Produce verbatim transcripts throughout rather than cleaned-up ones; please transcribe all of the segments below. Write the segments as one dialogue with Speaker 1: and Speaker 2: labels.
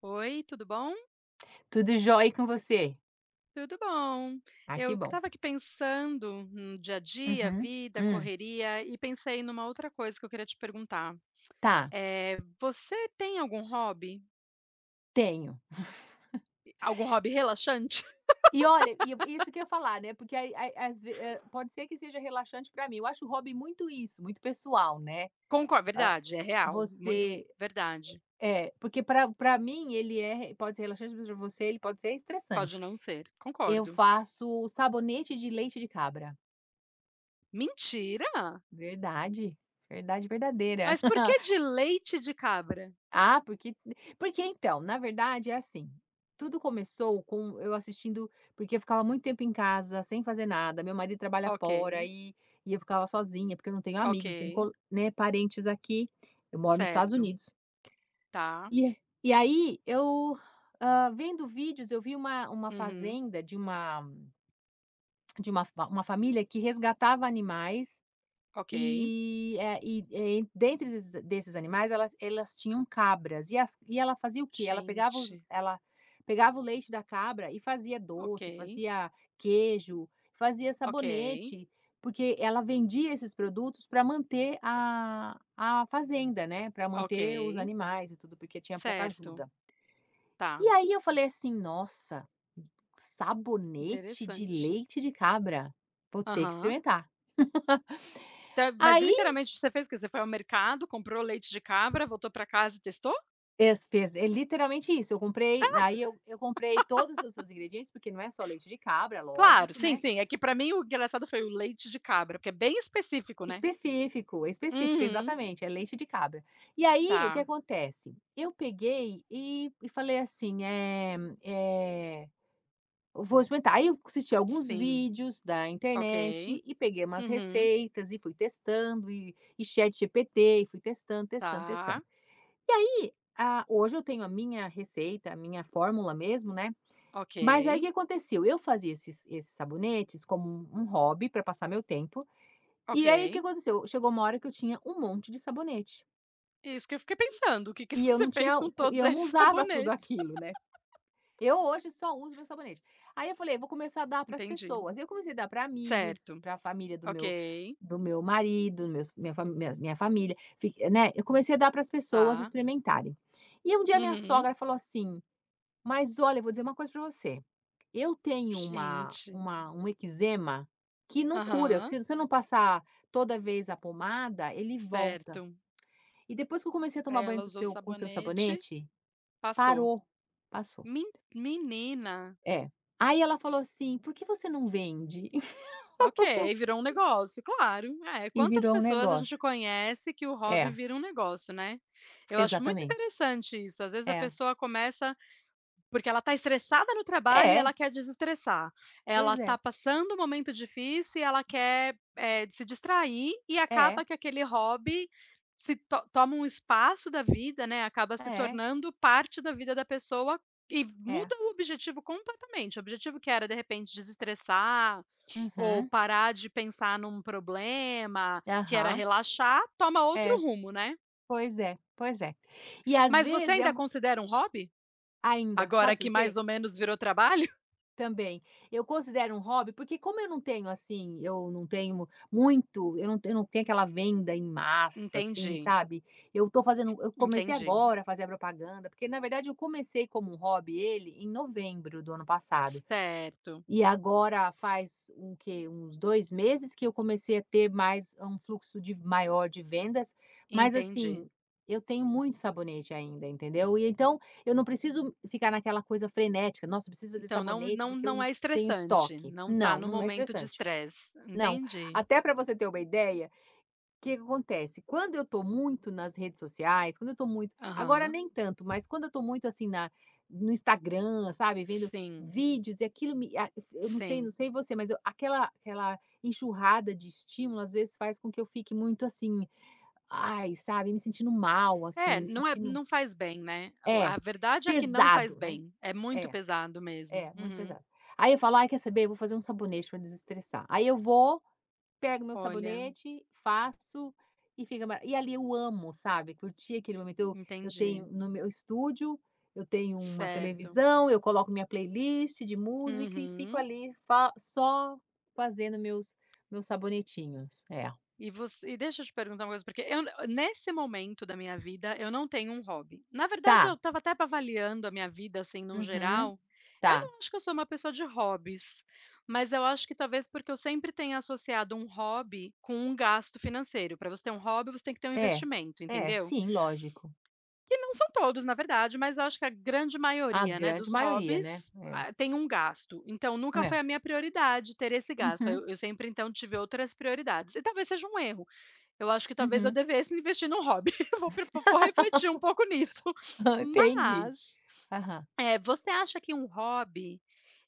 Speaker 1: Oi, tudo bom?
Speaker 2: Tudo jóia com você?
Speaker 1: Tudo bom.
Speaker 2: Ah,
Speaker 1: Eu
Speaker 2: que bom.
Speaker 1: estava aqui pensando no dia a dia,
Speaker 2: Uhum.
Speaker 1: vida,
Speaker 2: Hum,
Speaker 1: correria, e pensei numa outra coisa que eu queria te perguntar.
Speaker 2: tá,
Speaker 1: Eh, você tem algum hobby?
Speaker 2: tenho.
Speaker 1: Algum hobby relaxante?
Speaker 2: E olha, e eu isso que eu ia falar, né, porque aí aí às ve eh, pode ser que seja relaxante pra mim, eu acho o hobby muito isso, muito pessoal, né.
Speaker 1: Concordo.
Speaker 2: Hã,
Speaker 1: Verdade, é real, muito
Speaker 2: você
Speaker 1: verdade.
Speaker 2: é, porque pra para mim ele é pode ser relaxante, mas pra você ele pode ser estressante.
Speaker 1: Pode não ser,
Speaker 2: Eu
Speaker 1: concordo.
Speaker 2: faço sabonete de leite de cabra.
Speaker 1: Mentira?
Speaker 2: Verdade, verdade verdadeira.
Speaker 1: Mas por que de leite de cabra?
Speaker 2: Ah, porque porque então, na verdade é assim, tudo começou com eu assistindo porque eu ficava muito tempo em casa, sem fazer nada, meu marido trabalha
Speaker 1: Ok,
Speaker 2: fora e e eu ficava sozinha, porque eu não tenho
Speaker 1: ok,
Speaker 2: amigos, não tenho co né, parentes aqui, eu moro nos Estados
Speaker 1: certo,
Speaker 2: Unidos.
Speaker 1: tá,
Speaker 2: E e aí eu, hã, vendo vídeos, eu vi uma uma
Speaker 1: uhum,
Speaker 2: fazenda de uma de uma fa uma família que resgatava animais
Speaker 1: ok.
Speaker 2: e, eh, e, eh, dentre esses desses animais, elas elas tinham cabras, e as e ela fazia o quê? Ela pegava os
Speaker 1: Gente,
Speaker 2: ela pegava o leite da cabra e fazia
Speaker 1: ok,
Speaker 2: doce, fazia queijo, fazia
Speaker 1: ok.
Speaker 2: sabonete, porque ela vendia esses produtos para manter a a fazenda, né, para
Speaker 1: Ok,
Speaker 2: manter os animais e tudo, porque tinha pouca
Speaker 1: certo,
Speaker 2: ajuda. E
Speaker 1: tá,
Speaker 2: aí eu falei assim: "Nossa, sabonete de
Speaker 1: interessante.
Speaker 2: leite de cabra, vou ter que
Speaker 1: Aham.
Speaker 2: experimentar".
Speaker 1: Tá, mas
Speaker 2: Aí
Speaker 1: literalmente você fez o quê? Você foi ao mercado, comprou leite de cabra, voltou para casa e testou?
Speaker 2: Es fez é Literalmente isso, eu comprei aí eu eu comprei todos os seus ingredientes, porque não é só leite de cabra, é
Speaker 1: Claro,
Speaker 2: lógico,
Speaker 1: sim,
Speaker 2: né.
Speaker 1: sim, é que para mim o engraçado foi o leite de cabra, porque é bem específico, né.
Speaker 2: Específico, específico,
Speaker 1: Uhum,
Speaker 2: exatamente, é leite de cabra. E aí, o que
Speaker 1: tá,
Speaker 2: acontece, eu peguei e e falei assim, é, eh, vou experimentar. Aí eu assisti alguns
Speaker 1: sim,
Speaker 2: vídeos da
Speaker 1: ok.
Speaker 2: internet e peguei umas
Speaker 1: Uhum,
Speaker 2: receitas e fui testando e e ChatGPT e fui testando, testando,
Speaker 1: tá,
Speaker 2: testando. E aí, ah, hoje eu tenho a minha receita, a minha fórmula mesmo, né.
Speaker 1: ok,
Speaker 2: Mas aí o que aconteceu? Eu fazia esses esses sabonetes como um um hobby para passar meu tempo, e aí o que
Speaker 1: ok.
Speaker 2: aconteceu? Chegou uma hora que eu tinha um monte de sabonete,
Speaker 1: Isso que eu fiquei pensando, o que que
Speaker 2: e eu
Speaker 1: você
Speaker 2: não
Speaker 1: fez
Speaker 2: tinha
Speaker 1: com
Speaker 2: o co- e
Speaker 1: todos
Speaker 2: eu não
Speaker 1: esses
Speaker 2: usava tudo
Speaker 1: sabonetes?
Speaker 2: aquilo, né. Eu hoje só uso meu sabonete. Aí eu falei: "Vou começar a dar para as
Speaker 1: Entendi.
Speaker 2: pessoas". Eu comecei a dar para amigos,
Speaker 1: Certo,
Speaker 2: para a família do meu
Speaker 1: ok,
Speaker 2: do meu marido, meus minha fa minha minha família, fi né, eu comecei a dar para as pessoas
Speaker 1: tá.
Speaker 2: experimentarem. E um dia minha
Speaker 1: Uhum.
Speaker 2: sogra falou assim: Mas olha, eu vou dizer uma coisa para você, eu tenho uma
Speaker 1: Gente,
Speaker 2: uma um eczema que não cura,
Speaker 1: aham.
Speaker 2: se você não passar toda vez a pomada, ele
Speaker 1: Certo.
Speaker 2: volta. E depois que eu comecei a tomar banho
Speaker 1: Ela
Speaker 2: com o
Speaker 1: usou o
Speaker 2: seu com o seu
Speaker 1: sabonete,
Speaker 2: sabonete,
Speaker 1: passou.
Speaker 2: parou, passou.
Speaker 1: Men menina,
Speaker 2: É. Aí ela falou assim: "Por que você não vende?"
Speaker 1: ok, virou um negócio, claro. É,
Speaker 2: E
Speaker 1: quantas
Speaker 2: virou um
Speaker 1: pessoas a gente
Speaker 2: negócio.
Speaker 1: conhece que o hobby
Speaker 2: É,
Speaker 1: vira um negócio, né. Eu acho muito
Speaker 2: exatamente.
Speaker 1: interessante isso, às vezes a
Speaker 2: É.
Speaker 1: pessoa começa porque ela está estressada no trabalho e ela
Speaker 2: É,
Speaker 1: quer desestressar. Ela
Speaker 2: pois
Speaker 1: está
Speaker 2: é.
Speaker 1: passando um momento difícil e ela quer, eh, se distrair e
Speaker 2: É,
Speaker 1: acaba que aquele hobby se to toma um espaço da vida, né, acaba se
Speaker 2: é,
Speaker 1: tornando parte da vida da pessoa e
Speaker 2: é.
Speaker 1: muda o objetivo completamente. O objetivo que era, de repente, desestressar ou
Speaker 2: Uhum.
Speaker 1: parar de pensar num problema, que era
Speaker 2: Aham.
Speaker 1: relaxar, toma outro
Speaker 2: É,
Speaker 1: rumo, né.
Speaker 2: pois é, pois é. E às
Speaker 1: Mas você
Speaker 2: vezes é
Speaker 1: ainda
Speaker 2: uma
Speaker 1: considera um hobby?
Speaker 2: ainda,
Speaker 1: Agora
Speaker 2: sabe
Speaker 1: que
Speaker 2: por quê?
Speaker 1: mais ou menos virou trabalho?
Speaker 2: Também. Eu considero um hobby, porque como eu não tenho assim, eu não tenho muito, eu não tenho, não tenho aquela venda em massa, assim,
Speaker 1: Entendi.
Speaker 2: sabe? Eu tô fazendo, eu comecei
Speaker 1: Entendi.
Speaker 2: agora a fazer a propaganda, porque na verdade eu comecei como um hobby ele em novembro do ano passado.
Speaker 1: Certo,
Speaker 2: E agora faz um que uns dois meses que eu comecei a ter mais um fluxo de maior de vendas, mas
Speaker 1: entendi.
Speaker 2: assim, eu tenho muito sabonete ainda, entendeu. E então, eu não preciso ficar naquela coisa frenética: "Nossa, eu preciso fazer
Speaker 1: Então não
Speaker 2: sabonete,
Speaker 1: não
Speaker 2: porque eu
Speaker 1: não
Speaker 2: não
Speaker 1: é
Speaker 2: tenho
Speaker 1: estressante,
Speaker 2: estoque".
Speaker 1: não tá
Speaker 2: Não,
Speaker 1: no
Speaker 2: não é
Speaker 1: momento de
Speaker 2: estressante.
Speaker 1: estresse.
Speaker 2: Não.
Speaker 1: Entendi.
Speaker 2: Até para você ter uma ideia, o que que acontece, quando eu tô muito nas redes sociais, quando eu tô muito agora
Speaker 1: Aham.
Speaker 2: nem tanto, mas quando eu tô muito, assim, na no Instagram, sabe, vendo
Speaker 1: Sim,
Speaker 2: vídeos e aquilo me a eu não sei
Speaker 1: sim.
Speaker 2: não sei você, mas eu aquela aquela enxurrada de estímulo, às vezes, faz com que eu fique muito assim, ai, sabe, me sentindo mal, assim,
Speaker 1: É,
Speaker 2: me
Speaker 1: não é
Speaker 2: sentindo
Speaker 1: não faz bem, né.
Speaker 2: é,
Speaker 1: A verdade é que não faz
Speaker 2: pesado, né.
Speaker 1: bem, é muito
Speaker 2: É,
Speaker 1: pesado mesmo.
Speaker 2: é, muito
Speaker 1: Uhum.
Speaker 2: pesado. Aí eu falo: "Ai, quer saber? Eu vou fazer um sabonete para desestressar". Aí eu vou Pego meu
Speaker 1: Olha,
Speaker 2: sabonete, faço e fica mara e ali eu amo, sabe, curti aquele momento. Eu eu tenho
Speaker 1: entendi.
Speaker 2: no meu estúdio, eu tenho uma
Speaker 1: Certo.
Speaker 2: televisão, eu coloco minha playlist de música e fico
Speaker 1: Uhum.
Speaker 2: ali fa só fazendo meus meus sabonetinhos. É.
Speaker 1: E você e deixa eu te perguntar uma coisa, porque eu nesse momento da minha vida, eu não tenho um hobby. Na verdade, eu
Speaker 2: Tá.
Speaker 1: estava até avaliando a minha vida, assim, num
Speaker 2: Uhum.
Speaker 1: geral, eu
Speaker 2: Tá.
Speaker 1: não acho que eu sou uma pessoa de hobbies, mas eu acho que talvez porque eu sempre tenha associado um hobby com um gasto financeiro. Para você ter um hobby, você tem que ter um
Speaker 2: É.
Speaker 1: investimento,
Speaker 2: É,
Speaker 1: entendeu?
Speaker 2: sim, lógico.
Speaker 1: E não são todos, na verdade, mas eu acho que a grande
Speaker 2: A
Speaker 1: maioria, né,
Speaker 2: grande
Speaker 1: dos
Speaker 2: maioria, né.
Speaker 1: hobbies,
Speaker 2: É.
Speaker 1: ah, tem um gasto. Então, nunca
Speaker 2: É.
Speaker 1: foi a minha prioridade ter esse gasto.
Speaker 2: Uhum,
Speaker 1: Eu eu sempre, então, tive outras prioridades. E talvez seja um erro. Eu acho que talvez eu
Speaker 2: uhum.
Speaker 1: devesse investir num hobby. Vou pre vou refletir um pouco nisso.
Speaker 2: Entendi.
Speaker 1: Mas,
Speaker 2: Aham.
Speaker 1: eh, você acha que um hobby,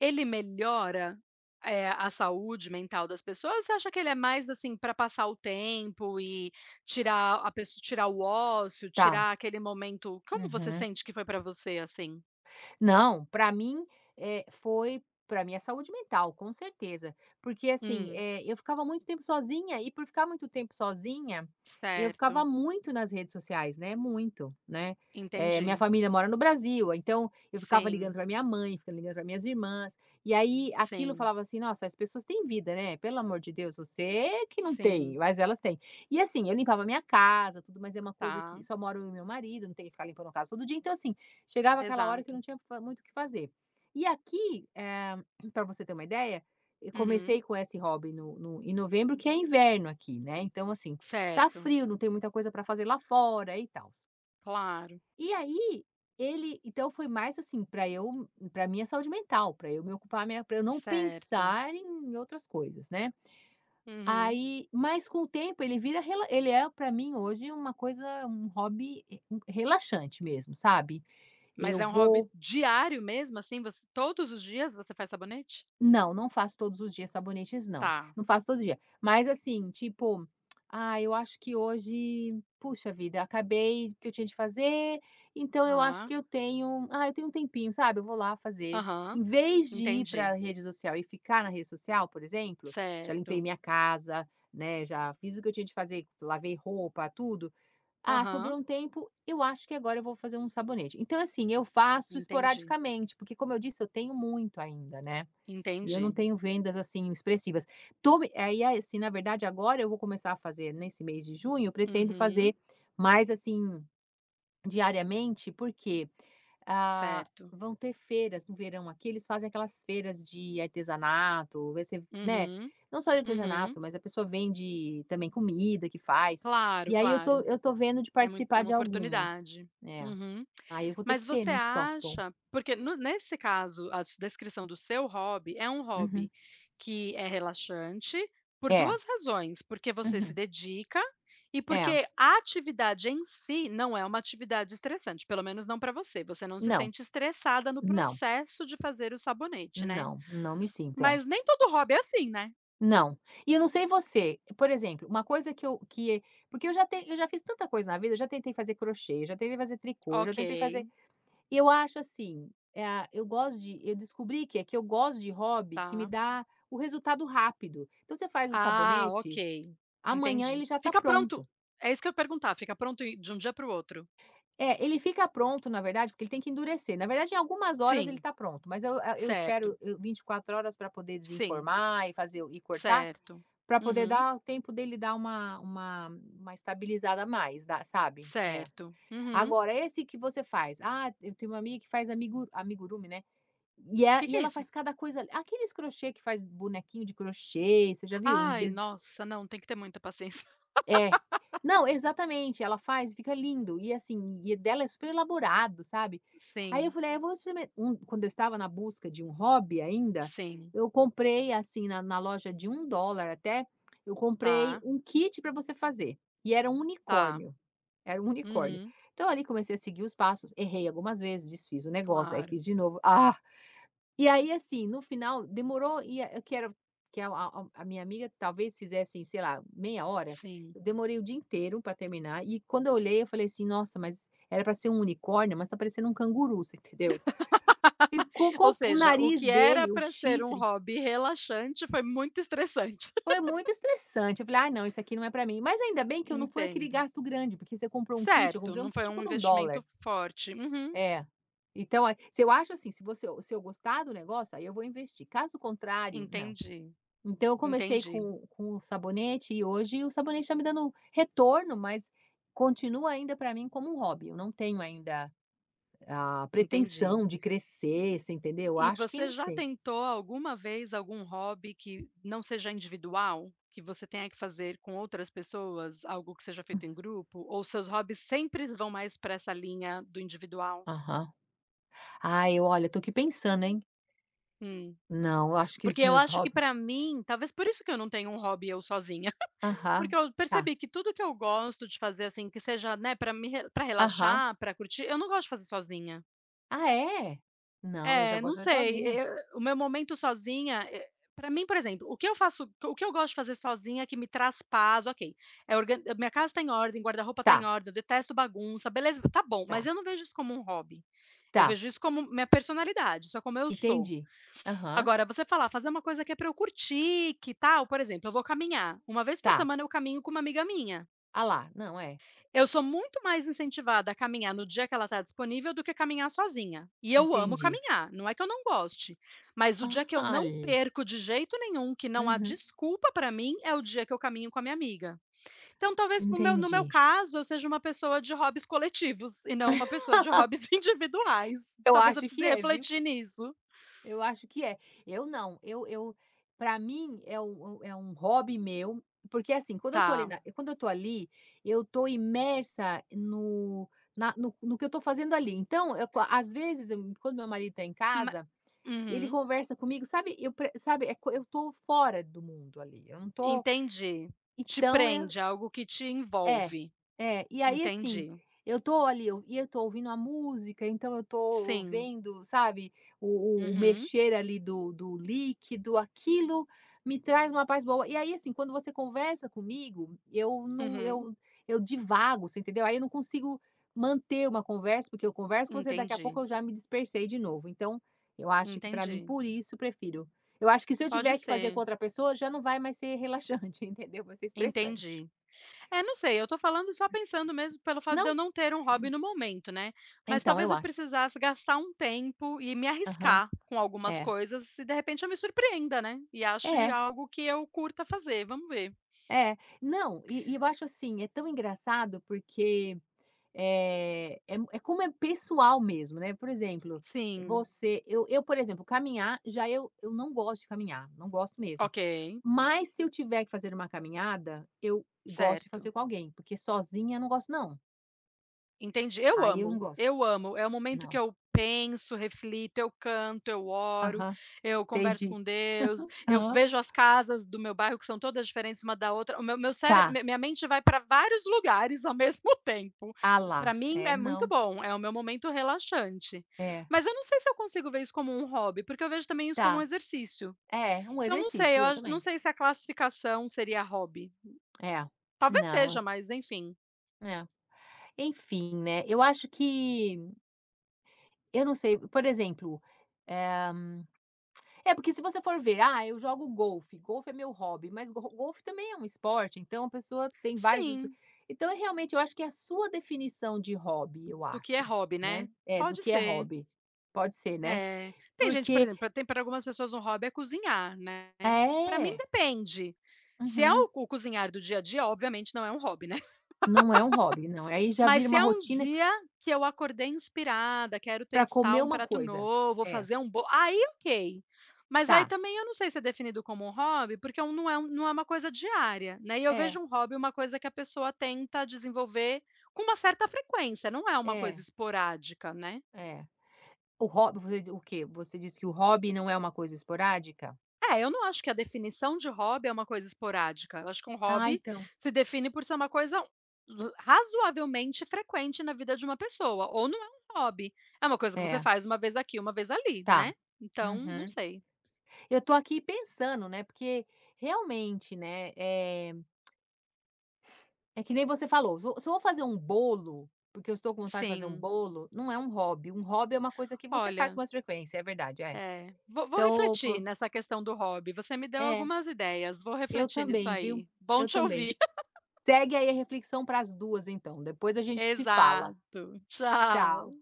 Speaker 1: ele melhora, eh, a saúde mental das pessoas ou você acha que ele é mais, assim, para passar o tempo e tirar a pessoa, tirar o ócio,
Speaker 2: Tá.
Speaker 1: tirar aquele momento como você
Speaker 2: Uhum.
Speaker 1: sente que foi para você, assim?
Speaker 2: Não, para mim, eh, foi pra minha saúde mental, com certeza. Porque assim,
Speaker 1: Hum,
Speaker 2: eh, eu ficava muito tempo sozinha e por ficar muito tempo sozinha, eu ficava
Speaker 1: certo,
Speaker 2: muito nas redes sociais, né, muito, né. Eh, minha
Speaker 1: entendi.
Speaker 2: família mora no Brasil, então eu ficava ligando
Speaker 1: Sim,
Speaker 2: para minha mãe, ficava ligando para minhas irmãs, e aí aquilo
Speaker 1: sim,
Speaker 2: falava assim: "Nossa, as pessoas têm vida, né, pelo amor de Deus, você que não tem,
Speaker 1: sim,
Speaker 2: mas elas têm". E assim, eu limpava minha casa, tudo, mas é uma coisa
Speaker 1: tá,
Speaker 2: que só moro eu e meu marido, não tem que ficar limpando a casa todo dia, então assim, chegava aquela hora que
Speaker 1: exato.
Speaker 2: não tinha fa muito o que fazer. E aqui, para você ter uma ideia, eu
Speaker 1: Uhum,
Speaker 2: comecei com esse hobby no no em novembro, que é inverno aqui, né, então, assim, tá
Speaker 1: certo,
Speaker 2: frio, não tem muita coisa para fazer lá fora e tal.
Speaker 1: claro.
Speaker 2: E aí, ele então foi mais, assim, para eu para minha saúde mental, para eu me ocupar minha pra eu não
Speaker 1: Certo.
Speaker 2: pensar em outras coisas, né.
Speaker 1: Uhum.
Speaker 2: Aí mas com o tempo ele vira rela ele é para mim hoje uma coisa um hobby, eh, um- relaxante mesmo, sabe.
Speaker 1: Mas
Speaker 2: Eu
Speaker 1: é um hobby
Speaker 2: vou
Speaker 1: diário mesmo, assim, você todos os dias você faz sabonete?
Speaker 2: Não, não faço todos os dias sabonetes não,
Speaker 1: Tá.
Speaker 2: não faço todo dia, mas assim, tipo, ah, eu acho que hoje, puxa vida, acabei o que eu tinha de fazer, então eu acho
Speaker 1: Ah.
Speaker 2: que eu tenho, ah, eu tenho um tempinho, sabe, eu vou lá fazer.
Speaker 1: Aham.
Speaker 2: Em vez de ir para
Speaker 1: Entendi.
Speaker 2: a rede social e ficar na rede social, por exemplo, já limpei
Speaker 1: Certo.
Speaker 2: minha casa, né, já fiz o que eu tinha de fazer, lavei roupa, tudo. Ah,
Speaker 1: Aham.
Speaker 2: sobrou um tempo, eu acho que agora eu vou fazer um sabonete. Então assim, eu faço
Speaker 1: Entendi.
Speaker 2: esporadicamente, porque como eu disse, eu tenho muito ainda, né. E eu não
Speaker 1: Entendi.
Speaker 2: tenho vendas, assim, expressivas. Tô me aí aí, assim, na verdade, agora eu vou começar a fazer nesse mês de junho, eu pretendo
Speaker 1: Uhum.
Speaker 2: fazer mais, assim, diariamente, porque, ah,
Speaker 1: Certo.
Speaker 2: vão ter feiras no verão aqui, eles fazem aquelas feiras de artesanato, vai ser né,
Speaker 1: Uhum.
Speaker 2: não só de
Speaker 1: Uhum.
Speaker 2: artesanato, mas a pessoa vende também comida que faz.
Speaker 1: Claro,
Speaker 2: E aí eu tô
Speaker 1: claro.
Speaker 2: eu tô vendo de
Speaker 1: É mui é
Speaker 2: participar
Speaker 1: uma
Speaker 2: de algumas.
Speaker 1: oportunidade.
Speaker 2: É,
Speaker 1: Uhum.
Speaker 2: aí eu vou ter que
Speaker 1: Mas
Speaker 2: ter
Speaker 1: você
Speaker 2: né, um estoque bom.
Speaker 1: acha porque no nesse caso, a s descrição do seu hobby é um
Speaker 2: Uhum.
Speaker 1: hobby que é relaxante por
Speaker 2: É.
Speaker 1: duas razões, porque você se
Speaker 2: Uhum.
Speaker 1: dedica e
Speaker 2: É.
Speaker 1: porque a atividade em si não é uma atividade estressante, pelo menos não para você, você não se
Speaker 2: Não,
Speaker 1: sente estressada no
Speaker 2: não.
Speaker 1: processo de fazer o sabonete, né.
Speaker 2: Não, não me sinto, é.
Speaker 1: Mas nem todo hobby é assim, né.
Speaker 2: Não. E eu não sei você, por exemplo, uma coisa que eu que porque eu já ten eu já fiz tanta coisa na vida, eu já tentei fazer crochê, já tentei fazer tricô, já
Speaker 1: Ok,
Speaker 2: tentei fazer e eu acho assim, eh, a eu gosto de eu descobri que é que eu gosto de hobby que me
Speaker 1: tá.
Speaker 2: dá o resultado rápido. Então você faz um
Speaker 1: Ah, ok,
Speaker 2: sabonete, amanhã ele
Speaker 1: entendi.
Speaker 2: já tá
Speaker 1: Fica pronto
Speaker 2: pronto.
Speaker 1: é isso que eu ia perguntar, fica pronto e de um dia para o outro?
Speaker 2: É, ele fica pronto, na verdade, porque ele tem que endurecer. Na verdade, em algumas horas ele
Speaker 1: Sim,
Speaker 2: tá pronto, mas eu a eu espero
Speaker 1: certo.
Speaker 2: eu vinte e quatro horas pra poder
Speaker 1: Sim,
Speaker 2: desenformar e fazer e cortar.
Speaker 1: certo.
Speaker 2: Pra poder
Speaker 1: Uhum,
Speaker 2: dar tempo dele dar uma uma uma estabilizada a mais, dá sabe? É.
Speaker 1: certo. Uhum. O
Speaker 2: Agora esse que você faz, ah, eu tenho uma amiga que faz amiguru amigurumi, né, e é
Speaker 1: que que
Speaker 2: e
Speaker 1: é
Speaker 2: ela
Speaker 1: isso?
Speaker 2: faz cada coisa aqueles crochê que faz bonequinho de crochê, você já viu uns
Speaker 1: Ai,
Speaker 2: des
Speaker 1: nossa, não, tem que ter muita paciência.
Speaker 2: é. Não, exatamente, ela faz fica lindo. E assim, e dela é super elaborado, sabe. Aí eu
Speaker 1: Sim,
Speaker 2: falei: "Ah, eu vou experimentar. um quando eu estava na busca de um hobby ainda,
Speaker 1: sim,
Speaker 2: eu comprei, assim, na na loja de um dólar até, eu comprei
Speaker 1: tá,
Speaker 2: um kit para você fazer, e era um
Speaker 1: tá.
Speaker 2: unicórnio, era um unicórnio.
Speaker 1: Uhum,
Speaker 2: Então ali comecei a seguir os passos, errei algumas vezes, desfiz o negócio, aí
Speaker 1: claro,
Speaker 2: fiz de novo. Ah! E aí, assim, no final demorou e a- eu quero que a a a minha amiga talvez fizesse, sei lá, meia hora,
Speaker 1: sim.
Speaker 2: eu demorei o dia inteiro para terminar e quando eu olhei eu falei assim: "Nossa, mas era para ser um unicórnio, mas tá parecendo um canguru", você entendeu? E com
Speaker 1: Ou
Speaker 2: com o
Speaker 1: seja, o
Speaker 2: nariz
Speaker 1: que era
Speaker 2: dele, o
Speaker 1: para ser um
Speaker 2: chifre,
Speaker 1: hobby relaxante foi muito estressante.
Speaker 2: foi muito estressante, eu falei: ah não, isso aqui não é para mim". Mas ainda bem que eu não fui aquele
Speaker 1: Entendo.
Speaker 2: gasto grande, porque você comprou um kit, eu
Speaker 1: Certo,
Speaker 2: comprei um
Speaker 1: não foi
Speaker 2: kit
Speaker 1: um
Speaker 2: por um dólar.
Speaker 1: investimento forte. Uhum,
Speaker 2: É. Então, a- se eu acho assim, se você se eu gostar do negócio, aí eu vou investir, caso contrário, não.
Speaker 1: entendi,
Speaker 2: Então eu comecei
Speaker 1: entendi,
Speaker 2: com com o sabonete e hoje o sabonete está me dando retorno, mas continua ainda para mim como um hobby. Eu não tenho ainda a
Speaker 1: entendi.
Speaker 2: pretensão de crescer, você entendeu? Eu
Speaker 1: E
Speaker 2: acho que
Speaker 1: você
Speaker 2: não
Speaker 1: já
Speaker 2: sei.
Speaker 1: tentou alguma vez algum hobby que não seja individual? Que você tenha que fazer com outras pessoas, algo que seja feito em grupo? Ou seus hobbies sempre vão mais para essa linha do individual?
Speaker 2: Aham. Ai, olha, tô aqui pensando, hein.
Speaker 1: Hum.
Speaker 2: Não, eu acho que
Speaker 1: Porque
Speaker 2: os
Speaker 1: eu
Speaker 2: meus
Speaker 1: acho que para
Speaker 2: hobbies.
Speaker 1: mim, talvez por isso que eu não tenho um hobby eu sozinha, porque
Speaker 2: Aham,
Speaker 1: eu
Speaker 2: tá.
Speaker 1: percebi que tudo que eu gosto de fazer, assim, que seja, né, pra me para
Speaker 2: Aham.
Speaker 1: relaxar, para curtir, eu não gosto de fazer sozinha.
Speaker 2: Ah, é? Não, eu já
Speaker 1: É, não
Speaker 2: gosto mais
Speaker 1: sei,
Speaker 2: sozinha.
Speaker 1: eu o meu momento sozinha, para mim, por exemplo, o que eu faço o que eu gosto de fazer sozinha que me traz paz, ok, é organ eh, minha casa está em ordem, guarda-roupa está
Speaker 2: Tá,
Speaker 1: em ordem, eu detesto bagunça, beleza, tá bom, mas
Speaker 2: tá,
Speaker 1: eu não vejo isso como um hobby, eu
Speaker 2: tá,
Speaker 1: vejo isso como minha personalidade, isso é como eu sou.
Speaker 2: entendi. Aham,
Speaker 1: Agora você falar, fazer uma coisa que é para eu curtir, que tal, por exemplo, eu vou caminhar, uma vez por
Speaker 2: tá.
Speaker 1: semana eu caminho com uma amiga minha.
Speaker 2: Ah lá, não, é,
Speaker 1: Eu sou muito mais incentivada a caminhar no dia que ela está disponível do que caminhar sozinha. E eu amo
Speaker 2: entendi.
Speaker 1: caminhar, não é que eu não goste, mas o dia
Speaker 2: Ah,
Speaker 1: que eu não
Speaker 2: ali.
Speaker 1: perco de jeito nenhum, que não há
Speaker 2: Uhum,
Speaker 1: desculpa para mim, é o dia que eu caminho com a minha amiga. Então, talvez pro meu no meu
Speaker 2: entendi.
Speaker 1: caso, eu seja uma pessoa de hobbies coletivos e não uma pessoa de hobbies individuais.
Speaker 2: Eu
Speaker 1: Talvez eu
Speaker 2: acho que
Speaker 1: precise
Speaker 2: é, viu.
Speaker 1: refletir nisso.
Speaker 2: Eu acho que é. Eu não, eu eu para mim é um é um hobby meu, porque, assim, quando eu tô ali
Speaker 1: Tá.
Speaker 2: na quando eu tô ali, eu tô imersa no na no no que eu tô fazendo ali. Então, eu qua às vezes, eu quando meu marido tá em
Speaker 1: Ma
Speaker 2: casa, ele
Speaker 1: uhum,
Speaker 2: conversa comigo, sabe, eu pre sabe, é co eu tô fora do mundo ali, eu não tô
Speaker 1: entendi. Te
Speaker 2: então
Speaker 1: prende, é algo que te
Speaker 2: É,
Speaker 1: envolve.
Speaker 2: é. E aí, assim,
Speaker 1: Entendi.
Speaker 2: eu tô ali eu e eu tô ouvindo a música, então eu tô
Speaker 1: Sim.
Speaker 2: vendo, sabe, o o o
Speaker 1: Uhum,
Speaker 2: mexer ali do do líquido, aquilo me traz uma paz boa. E aí, assim, quando você conversa comigo, eu não
Speaker 1: uhum.
Speaker 2: eu eu divago, você entendeu? Aí eu não consigo manter uma conversa, porque eu converso com você, daqui a
Speaker 1: Entendi,
Speaker 2: pouco eu já me dispersei de novo. Então, eu acho que pra mim,
Speaker 1: entendi.
Speaker 2: por isso, prefiro eu acho que se eu
Speaker 1: Pode
Speaker 2: tiver que fazer com
Speaker 1: ser,
Speaker 2: outra pessoa, já não vai mais ser relaxante, entendeu? Vai ser estressante.
Speaker 1: entendi. É, não sei, eu tô falando só pensando mesmo pelo fato de eu
Speaker 2: Não.
Speaker 1: não ter um hobby no momento, né, mas
Speaker 2: Então,
Speaker 1: talvez
Speaker 2: eu
Speaker 1: eu
Speaker 2: acho.
Speaker 1: precisasse gastar um tempo e me
Speaker 2: Aham.
Speaker 1: arriscar com algumas
Speaker 2: É.
Speaker 1: coisas e de repente eu me surpreenda, né, e ache
Speaker 2: É,
Speaker 1: algo que eu curta fazer, vamos ver.
Speaker 2: é. Não, e e eu acho assim, é tão engraçado porque, eh, é mu- é como é pessoal mesmo, né. Por exemplo,
Speaker 1: Sim,
Speaker 2: você eu eu, por exemplo, caminhar, já eu eu não gosto de caminhar, não gosto mesmo.
Speaker 1: ok,
Speaker 2: Mas se eu tiver que fazer uma caminhada, eu gosto de
Speaker 1: certo.
Speaker 2: fazer com alguém, porque sozinha eu não gosto não.
Speaker 1: Entendi. Eu
Speaker 2: Aí eu não
Speaker 1: amo,
Speaker 2: gosto.
Speaker 1: eu amo. É o momento que
Speaker 2: Não.
Speaker 1: eu penso, reflito, eu canto, eu oro,
Speaker 2: Aham.
Speaker 1: eu converso
Speaker 2: Entendi.
Speaker 1: com Deus, eu
Speaker 2: Aham.
Speaker 1: vejo as casas do meu bairro que são todas diferentes uma da outra. O meu meu cére
Speaker 2: Tá.
Speaker 1: minha mente vai para vários lugares ao mesmo tempo.
Speaker 2: Ah
Speaker 1: Para
Speaker 2: lá.
Speaker 1: mim
Speaker 2: É,
Speaker 1: é muito
Speaker 2: não.
Speaker 1: bom, é o meu momento relaxante.
Speaker 2: É.
Speaker 1: Mas eu não sei se eu consigo ver isso como um hobby, porque eu vejo também isso como um
Speaker 2: Tá.
Speaker 1: exercício.
Speaker 2: É, um
Speaker 1: Então não sei,
Speaker 2: exercício,
Speaker 1: eu
Speaker 2: eu
Speaker 1: ach não
Speaker 2: também.
Speaker 1: sei se a classificação seria hobby.
Speaker 2: É,
Speaker 1: Talvez seja,
Speaker 2: não,
Speaker 1: mas enfim.
Speaker 2: é. Enfim, né, eu acho que eu não sei, por exemplo, eh, é porque se você for ver: "Ah, eu jogo golfe, golfe é meu hobby", mas go golfe também é um esporte, então a pessoa tem várias pessoas
Speaker 1: Sim,
Speaker 2: então é realmente eu acho que é a sua definição de hobby, eu
Speaker 1: do que é
Speaker 2: acho,
Speaker 1: hobby, né?
Speaker 2: né, é, do
Speaker 1: Pode
Speaker 2: que é
Speaker 1: ser.
Speaker 2: hobby. Pode ser, né,
Speaker 1: É. Tem gente, por
Speaker 2: porque
Speaker 1: exemplo, tem para algumas pessoas um hobby é cozinhar, né. Para mim
Speaker 2: é,
Speaker 1: depende. Se é
Speaker 2: uhum,
Speaker 1: o o cozinhar do dia a dia, obviamente não é um hobby, né.
Speaker 2: não é um hobby, não, aí já
Speaker 1: Mas
Speaker 2: vira
Speaker 1: se
Speaker 2: uma
Speaker 1: é um
Speaker 2: rotina
Speaker 1: dia que eu acordei inspirada, quero
Speaker 2: para
Speaker 1: testar
Speaker 2: comer
Speaker 1: um
Speaker 2: uma
Speaker 1: prato
Speaker 2: coisa.
Speaker 1: novo,
Speaker 2: É,
Speaker 1: fazer um bo aí ok. Mas aí
Speaker 2: tá,
Speaker 1: também eu não sei se é definido como um hobby, porque é um não é um não é uma coisa diária, né. E eu vejo
Speaker 2: é,
Speaker 1: um hobby uma coisa que a pessoa tenta desenvolver com uma certa frequência, não é uma coisa
Speaker 2: é,
Speaker 1: esporádica, né.
Speaker 2: é. O hobby você o quê? Você disse que o hobby não é uma coisa esporádica?
Speaker 1: É, eu não acho que a definição de hobby é uma coisa esporádica. Eu acho que um
Speaker 2: Ah,
Speaker 1: hobby
Speaker 2: então.
Speaker 1: se define por ser uma coisa l- razoavelmente frequente na vida de uma pessoa, ou não é um hobby. É uma coisa que você
Speaker 2: É,
Speaker 1: faz uma vez aqui, uma vez ali, né?
Speaker 2: tá.
Speaker 1: Então, não
Speaker 2: Uhum.
Speaker 1: sei.
Speaker 2: Eu tô aqui pensando, né, porque realmente, né, eh, é que nem você falou, se eu se eu vou fazer um bolo, porque eu estou com vontade de fazer um
Speaker 1: Sim.
Speaker 2: bolo, não é um hobby, um hobby é uma coisa que você faz
Speaker 1: Olha,
Speaker 2: com mais frequência, é verdade, é.
Speaker 1: é, vou, vou
Speaker 2: Então,
Speaker 1: refletir
Speaker 2: pô
Speaker 1: nessa questão do hobby. Você me deu
Speaker 2: é,
Speaker 1: algumas ideias. Vou
Speaker 2: eu
Speaker 1: refletir nisso
Speaker 2: também, viu,
Speaker 1: aí. Bom
Speaker 2: eu
Speaker 1: te
Speaker 2: também.
Speaker 1: ouvir.
Speaker 2: Segue aí a reflexão para as duas, então, depois a gente se fala.
Speaker 1: Exato.
Speaker 2: Tchau.
Speaker 1: Tchau.